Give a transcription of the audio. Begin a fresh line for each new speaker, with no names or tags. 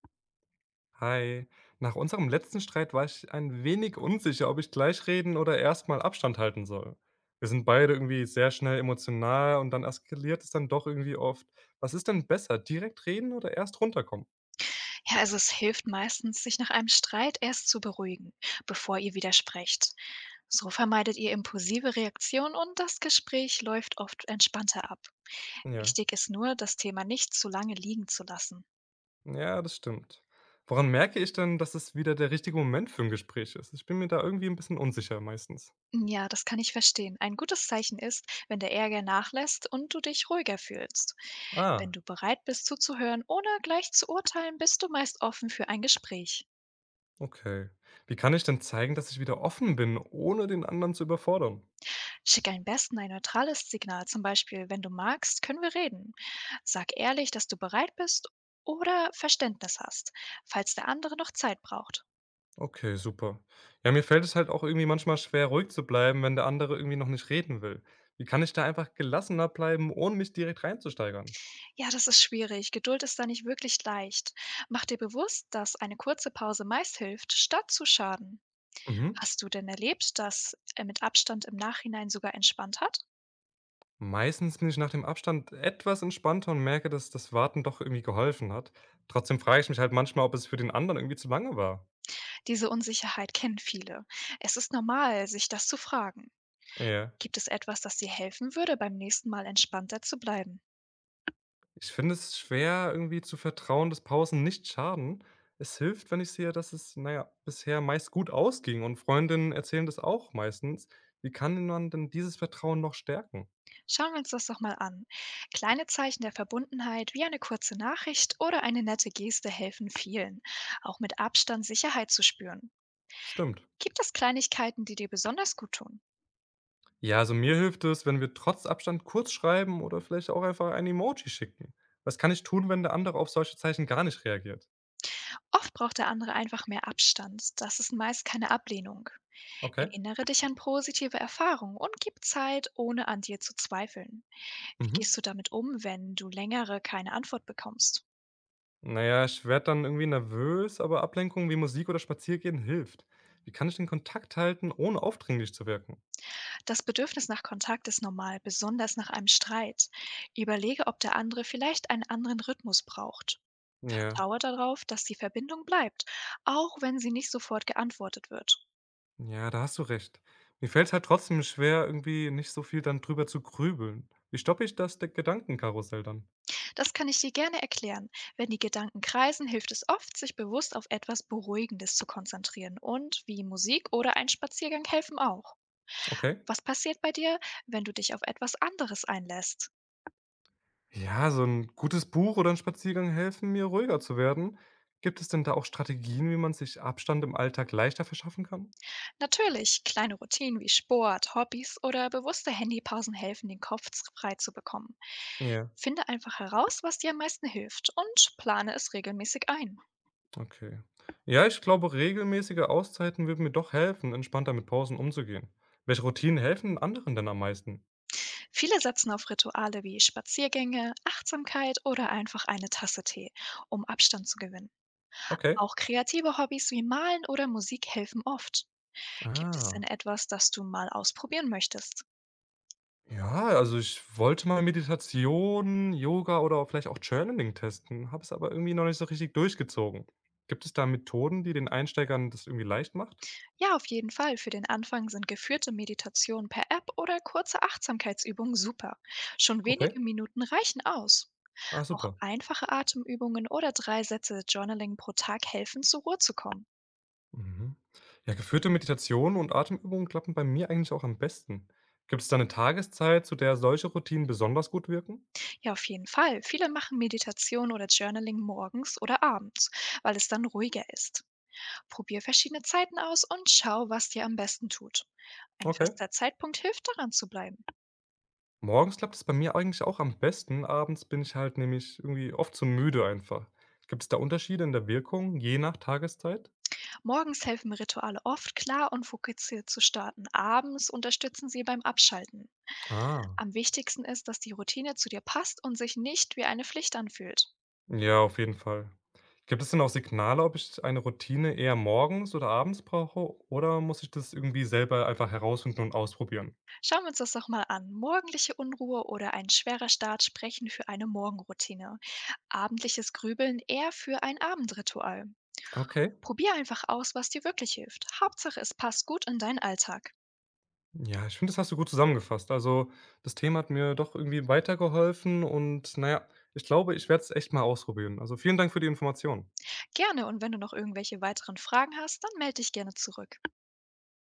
Hi. Nach unserem letzten Streit war ich ein wenig unsicher, ob ich gleich reden oder erstmal Abstand halten soll. Wir sind beide irgendwie sehr schnell emotional und dann eskaliert es dann doch irgendwie oft. Was ist denn besser, direkt reden oder erst runterkommen?
Ja, also es hilft meistens, sich nach einem Streit erst zu beruhigen, bevor ihr widersprecht. So vermeidet ihr impulsive Reaktionen und das Gespräch läuft oft entspannter ab.
Ja.
Wichtig ist nur, das Thema nicht zu lange liegen zu lassen.
Ja, das stimmt. Woran merke ich denn, dass es wieder der richtige Moment für ein Gespräch ist? Ich bin mir da irgendwie ein bisschen unsicher meistens.
Ja, das kann ich verstehen. Ein gutes Zeichen ist, wenn der Ärger nachlässt und du dich ruhiger fühlst. Wenn
Ah,
du bereit bist zuzuhören, ohne gleich zu urteilen, bist du meist offen für ein Gespräch.
okay. Wie kann ich denn zeigen, dass ich wieder offen bin, ohne den anderen zu überfordern?
Schick am besten ein neutrales Signal, zum Beispiel, wenn du magst, können wir reden. Sag ehrlich, dass du bereit bist oder Verständnis hast, falls der andere noch Zeit braucht.
Okay, super. Ja, mir fällt es halt auch irgendwie manchmal schwer, ruhig zu bleiben, wenn der andere irgendwie noch nicht reden will. Wie kann ich da einfach gelassener bleiben, ohne mich direkt reinzusteigern?
Ja, das ist schwierig. Geduld ist da nicht wirklich leicht. Mach dir bewusst, dass eine kurze Pause meist hilft, statt zu schaden.
Mhm.
Hast du denn erlebt, dass er mit Abstand im Nachhinein sogar entspannt hat?
Meistens bin ich nach dem Abstand etwas entspannter und merke, dass das Warten doch irgendwie geholfen hat. Trotzdem frage ich mich halt manchmal, ob es für den anderen irgendwie zu lange war.
Diese Unsicherheit kennen viele. Es ist normal, sich das zu fragen.
Ja.
Gibt es etwas, das dir helfen würde, beim nächsten Mal entspannter zu bleiben?
Ich finde es schwer, irgendwie zu vertrauen, dass Pausen nicht schaden. Es hilft, wenn ich sehe, dass es, naja, bisher meist gut ausging und Freundinnen erzählen das auch meistens. Wie kann man denn dieses Vertrauen noch stärken?
Schauen wir uns das doch mal an. Kleine Zeichen der Verbundenheit wie eine kurze Nachricht oder eine nette Geste helfen vielen, auch mit Abstand Sicherheit zu spüren.
Stimmt.
Gibt es Kleinigkeiten, die dir besonders gut tun?
Ja, also mir hilft es, wenn wir trotz Abstand kurz schreiben oder vielleicht auch einfach ein Emoji schicken. Was kann ich tun, wenn der andere auf solche Zeichen gar nicht reagiert?
Oft braucht der andere einfach mehr Abstand. Das ist meist keine Ablehnung.
Okay.
Erinnere dich an positive Erfahrungen und gib Zeit, ohne an dir zu zweifeln. Wie
Mhm.
gehst du damit um, wenn du längere keine Antwort bekommst?
Naja, ich werde dann irgendwie nervös, aber Ablenkungen wie Musik oder Spaziergehen hilft. Wie kann ich den Kontakt halten, ohne aufdringlich zu wirken?
Das Bedürfnis nach Kontakt ist normal, besonders nach einem Streit. Überlege, ob der andere vielleicht einen anderen Rhythmus braucht.
Ja,
Vertraue darauf, dass die Verbindung bleibt, auch wenn sie nicht sofort geantwortet wird.
ja, da hast du recht. Mir fällt's halt trotzdem schwer, irgendwie nicht so viel dann drüber zu grübeln. Wie stoppe ich das de Gedankenkarussell dann?
Das kann ich dir gerne erklären. Wenn die Gedanken kreisen, hilft es oft, sich bewusst auf etwas Beruhigendes zu konzentrieren. Und wie Musik oder ein Spaziergang helfen auch.
Okay.
Was passiert bei dir, wenn du dich auf etwas anderes einlässt?
Ja, so ein gutes Buch oder ein Spaziergang helfen mir, ruhiger zu werden. Gibt es denn da auch Strategien, wie man sich Abstand im Alltag leichter verschaffen kann?
Natürlich, kleine Routinen wie Sport, Hobbys oder bewusste Handypausen helfen, den Kopf frei zu bekommen.
Ja,
Finde einfach heraus, was dir am meisten hilft und plane es regelmäßig ein.
okay. Ja, ich glaube, regelmäßige Auszeiten würden mir doch helfen, entspannter mit Pausen umzugehen. Welche Routinen helfen anderen denn am meisten?
Viele setzen auf Rituale wie Spaziergänge, Achtsamkeit oder einfach eine Tasse Tee, um Abstand zu gewinnen.
Okay.
Auch kreative Hobbys wie Malen oder Musik helfen oft. Gibt es denn
Ah.
etwas, das du mal ausprobieren möchtest?
Ja, also ich wollte mal Meditation, Yoga oder auch vielleicht auch Journaling testen, habe es aber irgendwie noch nicht so richtig durchgezogen. Gibt es da Methoden, die den Einsteigern das irgendwie leicht macht?
Ja, auf jeden Fall. Für den Anfang sind geführte Meditationen per App oder kurze Achtsamkeitsübungen super. Schon
Okay.
wenige Minuten reichen aus.
Ah,
Auch
super.
einfache Atemübungen oder 3 Sätze Journaling pro Tag helfen, zur Ruhe zu kommen.
Mhm. Ja, geführte Meditationen und Atemübungen klappen bei mir eigentlich auch am besten. Gibt es da eine Tageszeit, zu der solche Routinen besonders gut wirken?
Ja, auf jeden Fall. Viele machen Meditation oder Journaling morgens oder abends, weil es dann ruhiger ist. Probier verschiedene Zeiten aus und schau, was dir am besten tut. Ein
Okay.
fester Zeitpunkt hilft, daran zu bleiben.
Morgens klappt es bei mir eigentlich auch am besten, abends bin ich halt nämlich irgendwie oft zu müde einfach. Gibt es da Unterschiede in der Wirkung, je nach Tageszeit?
Morgens helfen Rituale oft, klar und fokussiert zu starten. Abends unterstützen sie beim Abschalten.
Ah.
Am wichtigsten ist, dass die Routine zu dir passt und sich nicht wie eine Pflicht anfühlt.
Ja, auf jeden Fall. Gibt es denn auch Signale, ob ich eine Routine eher morgens oder abends brauche oder muss ich das irgendwie selber einfach herausfinden und ausprobieren?
Schauen wir uns das doch mal an. Morgendliche Unruhe oder ein schwerer Start sprechen für eine Morgenroutine. Abendliches Grübeln eher für ein Abendritual.
Okay.
Probier einfach aus, was dir wirklich hilft. Hauptsache, es passt gut in deinen Alltag.
Ja, ich finde, das hast du gut zusammengefasst. Also, das Thema hat mir doch irgendwie weitergeholfen und naja, ich glaube, ich werde es echt mal ausprobieren. Also, vielen Dank für die Information.
Gerne und wenn du noch irgendwelche weiteren Fragen hast, dann melde dich gerne zurück.